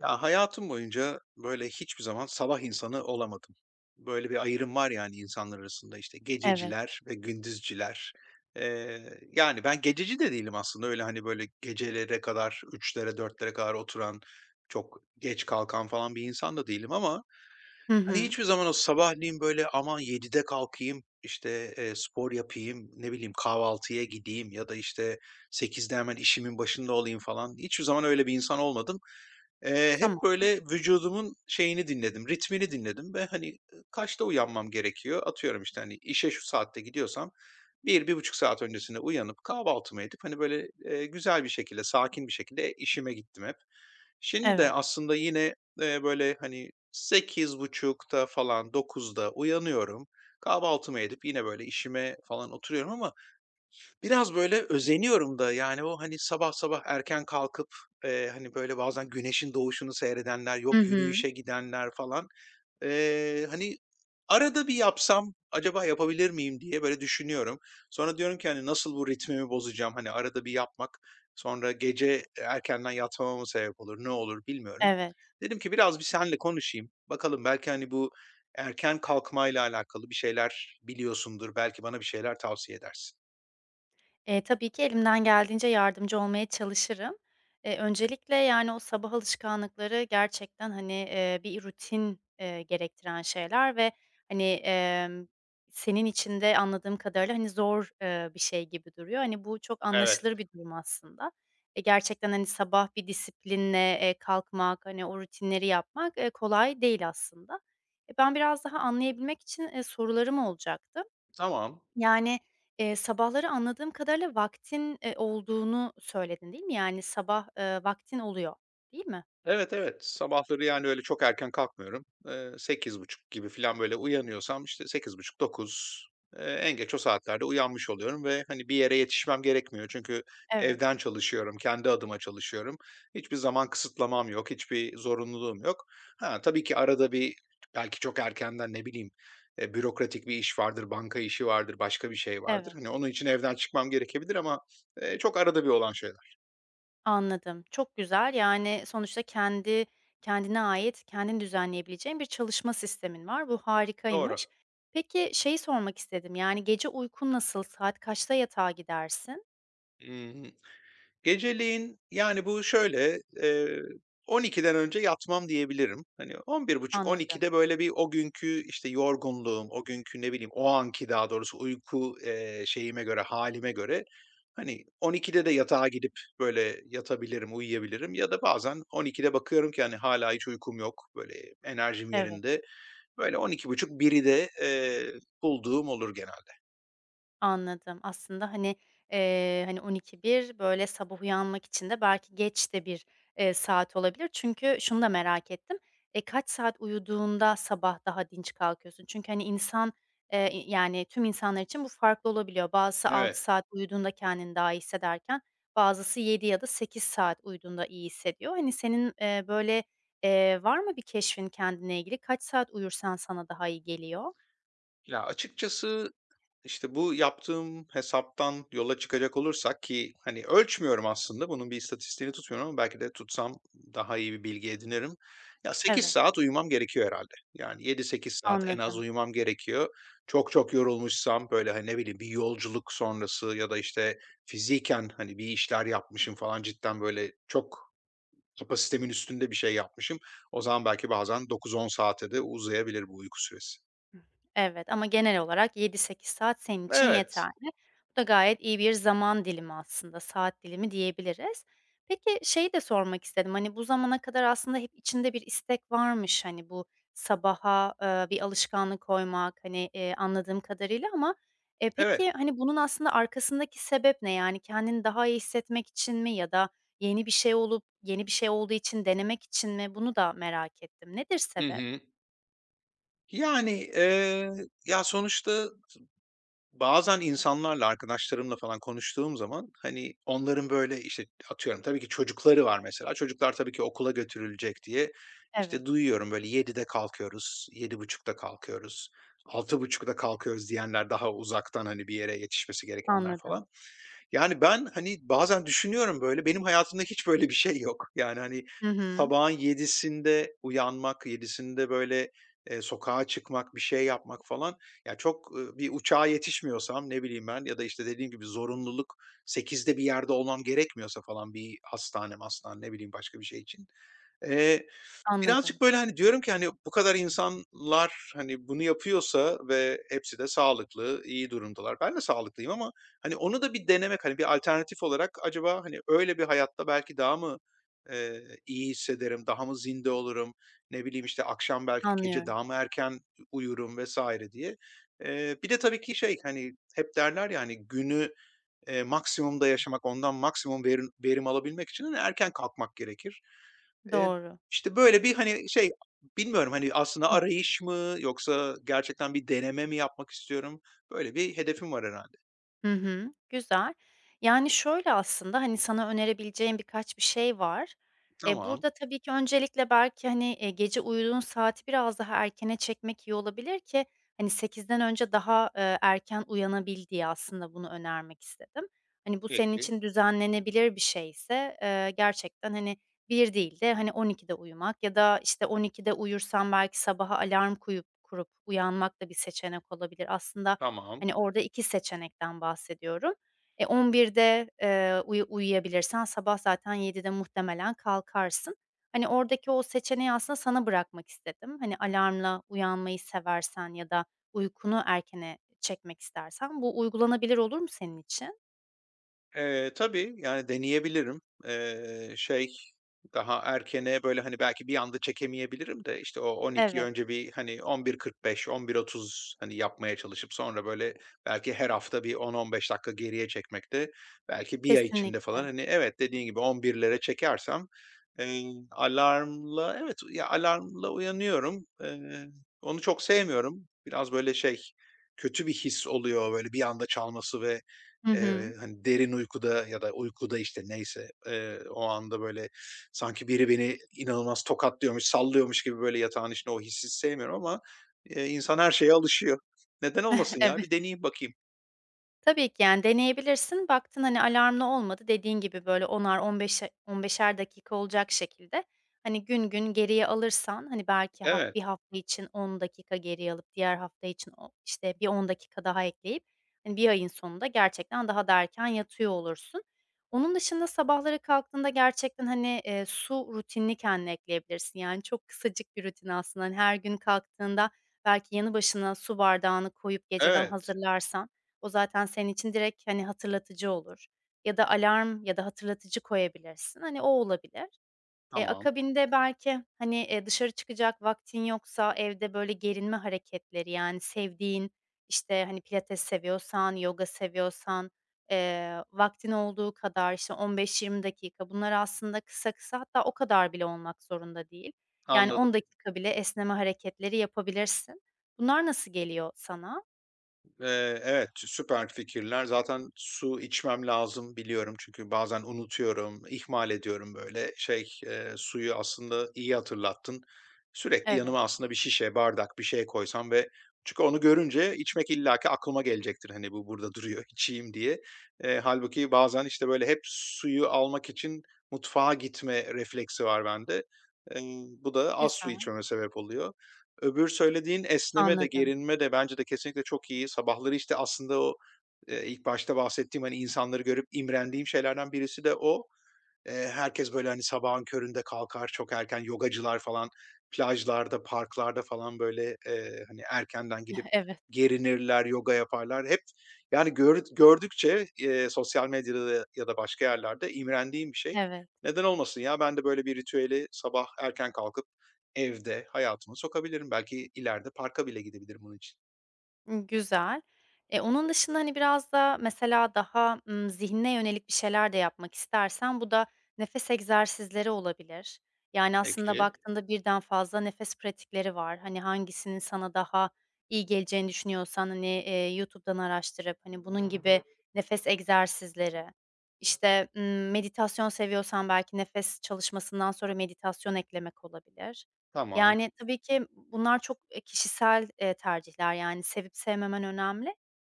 Ya, hayatım boyunca, böyle, hiçbir zaman sabah insanı olamadım. Böyle bir ayrım var, yani, insanlar arasında, işte, Evet. gececiler ve gündüzcüler. Yani, ben gececi de değilim aslında. Öyle, hani, böyle, gecelere kadar, üçlere dörtlere kadar oturan, çok geç kalkan falan bir insan da değilim ama, Hı hani, hı. hiçbir zaman o sabahleyin, böyle, aman 7'de kalkayım, işte, spor yapayım, ne bileyim, kahvaltıya gideyim ya da, işte, 8'de hemen işimin başında olayım falan, hiçbir zaman öyle bir insan olmadım. Hep Tamam. böyle vücudumun şeyini dinledim, ritmini dinledim ve, hani, kaçta uyanmam gerekiyor? Atıyorum, işte, hani, işe şu saatte gidiyorsam 1-1,5 saat öncesinde uyanıp kahvaltımı edip, hani, böyle, güzel bir şekilde, sakin bir şekilde işime gittim hep. Şimdi de Evet. aslında yine, böyle, hani, 8.30'da falan, 9'da uyanıyorum. Kahvaltımı edip yine, böyle, işime falan oturuyorum ama biraz böyle özeniyorum da, yani, o, hani, sabah sabah erken kalkıp, hani, böyle bazen güneşin doğuşunu seyredenler, yok Hı hı. yürüyüşe gidenler falan. Hani, arada bir yapsam acaba yapabilir miyim diye böyle düşünüyorum. Sonra diyorum ki, hani, nasıl bu ritmimi bozacağım? Hani, arada bir yapmak sonra gece erkenden yatmama mı sebep olur, ne olur bilmiyorum. Evet. Dedim ki biraz bir seninle konuşayım. Bakalım belki, hani, bu erken kalkmayla alakalı bir şeyler biliyorsundur. Belki bana bir şeyler tavsiye edersin. Tabii ki elimden geldiğince yardımcı olmaya çalışırım. Öncelikle, yani, o sabah alışkanlıkları gerçekten, hani, bir rutin, gerektiren şeyler ve, hani, senin için de anladığım kadarıyla, hani, zor, bir şey gibi duruyor. Hani, bu çok Evet. anlaşılır bir durum aslında. Gerçekten, hani, sabah bir disiplinle, kalkmak, hani, o rutinleri yapmak, kolay değil aslında. Ben biraz daha anlayabilmek için, sorularım olacaktı. Tamam. Yani, sabahları anladığım kadarıyla vaktin, olduğunu söyledin, değil mi? Yani, sabah, vaktin oluyor, değil mi? Evet, evet. Sabahları, yani, öyle çok erken kalkmıyorum. Sekiz buçuk gibi filan, böyle, uyanıyorsam, işte, 8:30-9, en geç o saatlerde uyanmış oluyorum ve, hani, bir yere yetişmem gerekmiyor. Çünkü Evet, evden çalışıyorum, kendi adıma çalışıyorum. Hiçbir zaman kısıtlamam yok, hiçbir zorunluluğum yok. Ha, tabii ki arada bir belki çok erkenden, ne bileyim, bürokratik bir iş vardır, banka işi vardır, başka bir şey vardır. evet. Hani, onun için evden çıkmam gerekebilir ama, çok arada bir olan şeyler. Anladım. Çok güzel. Yani, sonuçta kendi kendine ait, kendin düzenleyebileceğin bir çalışma sistemin var. Bu Doğru. harikaymış. Peki, şeyi sormak istedim, yani, gece uykun nasıl? Saat kaçta yatağa gidersin? Hı. Geceleyin, yani, bu şöyle, 12'den önce yatmam diyebilirim. Hani, Anladım. 11.30-12'de böyle bir o günkü, işte, yorgunluğum, o günkü, ne bileyim, o anki daha doğrusu uyku, şeyime göre, halime göre, hani, 12'de de yatağa gidip böyle yatabilirim, uyuyabilirim ya da bazen 12'de bakıyorum ki, hani, hala hiç uykum yok, böyle enerjim Evet. yerinde. Böyle 12.30-1'i de, bulduğum olur genelde. Anladım. Aslında, hani, 12:00-13:00 böyle sabah uyanmak için de belki geç de bir, saat olabilir. Çünkü şunu da merak ettim. Kaç saat uyuduğunda sabah daha dinç kalkıyorsun? Çünkü, hani, insan, i yani, tüm insanlar için bu farklı olabiliyor. Bazısı 6 Evet. saat uyuduğunda kendini daha iyi hissederken bazısı 7 ya da 8 saat uyuduğunda iyi hissediyor. Hani, senin, böyle, var mı bir keşfin kendine ilgili? Kaç saat uyursan sana daha iyi geliyor? Ya, açıkçası, İşte, bu yaptığım hesaptan yola çıkacak olursak ki, hani, ölçmüyorum aslında, bunun bir istatistiğini tutmuyorum ama belki de tutsam daha iyi bir bilgi edinirim. Ya, sekiz Evet, saat uyumam gerekiyor herhalde. Yani 7-8 saat en az anladım. uyumam gerekiyor. Çok çok yorulmuşsam, böyle, hani, ne bileyim, bir yolculuk sonrası ya da, işte, fiziken, hani, bir işler yapmışım falan, cidden, böyle, çok kapasitemin üstünde bir şey yapmışım. O zaman belki bazen 9-10 saate de uzayabilir bu uyku süresi. Evet ama genel olarak 7 8 saat senin için Evet, yeterli. Bu da gayet iyi bir zaman dilimi aslında, saat dilimi diyebiliriz. Peki, şeyi de sormak istedim, hani, bu zamana kadar aslında hep içinde bir istek varmış, hani, bu sabaha, bir alışkanlık koymak, hani, anladığım kadarıyla ama, evet. peki, hani, bunun aslında arkasındaki sebep ne? Yani kendini daha iyi hissetmek için mi ya da yeni bir şey olup yeni bir şey olduğu için denemek için mi? Bunu da merak ettim. Nedir Hı sebep? hı. Yani, ya, sonuçta bazen insanlarla, arkadaşlarımla falan konuştuğum zaman, hani, onların böyle, işte, atıyorum, tabii ki çocukları var mesela. Çocuklar tabii ki okula götürülecek diye, Evet, işte, duyuyorum böyle 7'de kalkıyoruz, 7.30'da kalkıyoruz, 6.30'da kalkıyoruz diyenler daha uzaktan, hani, bir yere yetişmesi gerekenler anladım. falan. Yani, ben, hani, bazen düşünüyorum böyle, benim hayatımda hiç böyle bir şey yok. Yani, hani, Hı hı. sabahın 7'sinde uyanmak, 7'sinde böyle, sokağa çıkmak, bir şey yapmak falan. Ya, çok, bir uçağa yetişmiyorsam, ne bileyim ben, ya da, işte, dediğim gibi zorunluluk, 8'de bir yerde olmam gerekmiyorsa falan bir hastane mastane, ne bileyim başka bir şey için, birazcık, Anladım, böyle, hani, diyorum ki, hani, bu kadar insanlar, hani, bunu yapıyorsa ve hepsi de sağlıklı, iyi durumdalar. Ben de sağlıklıyım ama, hani, onu da bir denemek, hani, bir alternatif olarak acaba, hani, öyle bir hayatta belki daha mı, iyi hissederim, daha mı zinde olurum, ne bileyim, işte, akşam belki gece anlıyorum. daha mı erken uyurum vesaire diye. Bir de tabii ki şey, hani, hep derler ya, hani, günü maksimumda yaşamak, ondan maksimum verim alabilmek için, hani, erken kalkmak gerekir. Eee, Doğru. Hı işte, böyle bir, hani, şey, bilmiyorum, hani, aslında arayış mı yoksa gerçekten bir deneme mi yapmak istiyorum? Böyle bir hedefim var herhalde. hı hı, güzel. Yani, şöyle aslında, hani, sana önerebileceğim birkaç bir şey var. Tamam, Burada tabii ki öncelikle belki, hani, gece uyuduğun saati biraz daha erkene çekmek iyi olabilir ki, hani, 8'den önce daha, erken uyanabil diye aslında bunu önermek istedim. Hani, bu senin peki, için düzenlenebilir bir şeyse, gerçekten, hani, bir değil de, hani, 12'de uyumak ya da, işte, 12'de uyursan belki sabaha alarm kurup uyanmak da bir seçenek olabilir. Aslında, tamam. hani, orada 2 seçenekten bahsediyorum. 11'de, uyuyabilirsen sabah zaten 7'de muhtemelen kalkarsın. Hani, oradaki o seçeneği aslında sana bırakmak istedim. Hani, alarmla uyanmayı seversen ya da uykunu erkene çekmek istersen bu uygulanabilir olur mu senin için? Tabii, yani, deneyebilirim. Şey, daha erkene böyle, hani, belki bir anda çekemeyebilirim de, işte, o 12'yi Evet, önce bir, hani, 11:45, 11:30, hani, yapmaya çalışıp sonra böyle belki her hafta bir 10-15 dakika geriye çekmekte, belki bir ay içinde falan, kesinlikle. hani, evet, dediğin gibi 11'lere çekersem, eee, alarmla evet, ya, alarmla uyanıyorum. Onu çok sevmiyorum. Biraz böyle şey, kötü bir his oluyor böyle bir anda çalması ve Hı hı. evet, hani, derin uykuda ya da uykuda, işte, neyse, o anda, böyle, sanki biri beni inanılmaz tokatlıyormuş, sallıyormuş gibi, böyle, yatağın içinde o hissi sevmiyorum ama, insan her şeye alışıyor. Neden olmasın ya? Bir Evet. deneyeyim bakayım. Tabii ki, yani, deneyebilirsin. Baktın, hani, alarmla olmadı, dediğin gibi, böyle, 10'ar on beşer dakika olacak şekilde, hani, gün gün geriye alırsan, hani, belki Evet, bir hafta için 10 dakika geriye alıp diğer hafta için o işte, bir 10 dakika daha ekleyip, hani, bir ayın sonunda gerçekten daha da erken yatıyor olursun. Onun dışında sabahları kalktığında gerçekten, hani, su rutinini kendine ekleyebilirsin. Yani, çok kısacık bir rutin aslında. Hani, her gün kalktığında belki yanı başına su bardağını koyup geceden evet. hazırlarsan o zaten senin için direkt, hani, hatırlatıcı olur ya da alarm ya da hatırlatıcı koyabilirsin. Hani, o olabilir. Tamam, Akabinde belki, hani, dışarı çıkacak vaktin yoksa evde böyle gerinme hareketleri, yani, sevdiğin, işte, hani, pilates seviyorsan, yoga seviyorsan, vaktin olduğu kadar, işte, 15-20 dakika bunlar aslında kısa kısa hatta o kadar bile olmak zorunda değil. Yani, anladım. 10 dakika bile esneme hareketleri yapabilirsin. Bunlar nasıl geliyor sana? Evet, süper fikirler. Zaten su içmem lazım biliyorum çünkü bazen unutuyorum, ihmal ediyorum böyle. Şey, suyu aslında iyi hatırlattın. Sürekli Evet, yanıma aslında bir şişe, bardak bir şey koysam ve çünkü onu görünce içmek illaki aklıma gelecektir. Hani bu burada duruyor, içeyim diye. Hâlbuki bazen işte böyle hep suyu almak için mutfağa gitme refleksi var bende. Eee, bu da az su güzel. içmeme sebep oluyor. Öbür söylediğin esneme de Anladım. gerinme de bence de kesinlikle çok iyi. Sabahları, işte, aslında o, ilk başta bahsettiğim, hani, insanları görüp imrendiğim şeylerden birisi de o. Herkes, böyle, hani, sabahın köründe kalkar, çok erken yogacılar falan plajlarda, parklarda falan, böyle, hani, erkenden gidip Evet, gerinirler, yoga yaparlar. Hep, yani, gördükçe, sosyal medyada da ya da başka yerlerde imrendiğim bir şey. evet. Neden olmasın ya? Ben de böyle bir ritüeli sabah erken kalkıp evde hayatıma sokabilirim. Belki ileride parka bile gidebilirim bunun için. Güzel. Onun dışında, hani, biraz da mesela daha, zihnine yönelik bir şeyler de yapmak istersen bu da nefes egzersizleri olabilir. Yani, aslında Peki, baktığında birden fazla nefes pratikleri var. Hani, hangisinin sana daha iyi geleceğini düşünüyorsan, hani, YouTube'dan araştırıp, hani, bunun gibi nefes egzersizleri. İşte, meditasyon seviyorsan belki nefes çalışmasından sonra meditasyon eklemek olabilir. tamam. Yani, tabii ki bunlar çok, kişisel, tercihler, yani, sevip sevmemen önemli.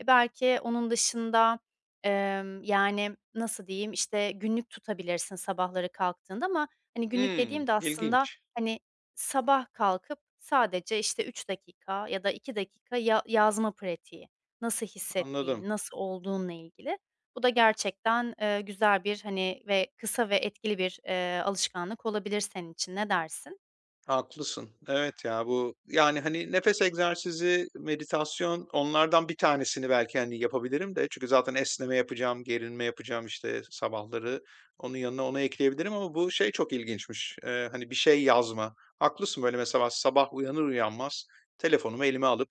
Belki onun dışında, yani, nasıl diyeyim, işte, günlük tutabilirsin sabahları kalktığında ama, hani, günlük Hımm, dediğim de aslında, ilginç. hani, sabah kalkıp sadece, işte, 3 dakika ya da 2 dakika ya yazma pratiği, nasıl Anladım. hissettiğin, nasıl olduğunla ilgili. Bu da gerçekten, güzel bir, hani, ve kısa ve etkili bir, alışkanlık olabilir senin için. Ne dersin? Haklısın. Evet ya, bu yani, hani, nefes egzersizi, meditasyon onlardan bir tanesini belki, hani, yapabilirim de çünkü zaten esneme yapacağım, gerilme yapacağım, işte, sabahları. Onun yanına onu ekleyebilirim ama bu şey çok ilginçmiş, hani, bir şey yazma. Haklısın, böyle, mesela sabah uyanır uyanmaz telefonumu elime alıp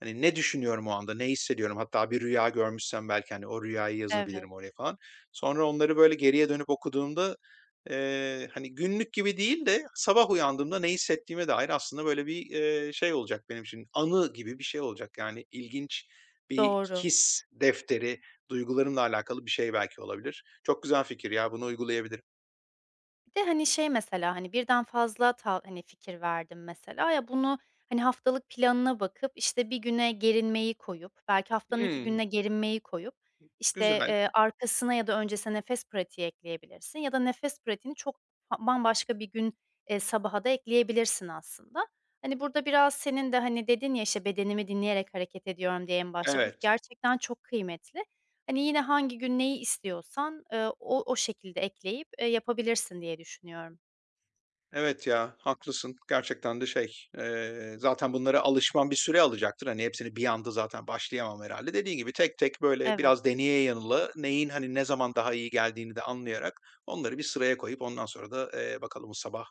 hani ne düşünüyorum o anda, ne hissediyorum? Hatta bir rüya görmüşsem belki, hani, o rüyayı yazabilirim Evet. oraya falan. Sonra onları böyle geriye dönüp okuduğumda, hani, günlük gibi değil de sabah uyandığımda ne hissettiğime dair aslında böyle bir, şey olacak benim için, anı gibi bir şey olacak. Yani ilginç bir Doğru. his defteri, duygularımla alakalı bir şey belki olabilir. Çok güzel fikir ya, bunu uygulayabilirim. Bir de, hani, şey mesela, hani, birden fazla hani, fikir verdim mesela. Ya, bunu, hani, haftalık planına bakıp, işte, bir güne gerinmeyi koyup, belki haftanın 2 Hımm, gününe gerinmeyi koyup, işte, güzel. Arkasına ya da öncesine nefes pratiği ekleyebilirsin ya da nefes pratiğini çok ha bambaşka bir gün, sabaha da ekleyebilirsin aslında. Hani, burada biraz senin de, hani, dedin ya, işte, "Bedenimi dinleyerek hareket ediyorum." diye en başta. Bu Evet. gerçekten çok kıymetli. Hani, yine hangi gün neyi istiyorsan, o şekilde ekleyip, yapabilirsin diye düşünüyorum. Evet ya, haklısın. Gerçekten de şey, zaten bunlara alışman bir süre alacaktır. Hani hepsini bir anda zaten başlayamam herhalde. Dediğin gibi tek tek böyle Evet, biraz deneye yanıla neyin, hani, ne zaman daha iyi geldiğini de anlayarak onları bir sıraya koyup ondan sonra da, bakalım, bu sabah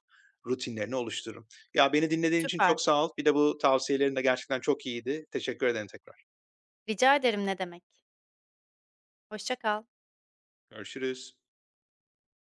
rutinlerini oluştururum. Ya, beni dinlediğin için süper. çok sağ ol. Bir de bu tavsiyelerin de gerçekten çok iyiydi. Teşekkür ederim tekrar. Rica ederim, ne demek. Hoşça kal. Görüşürüz.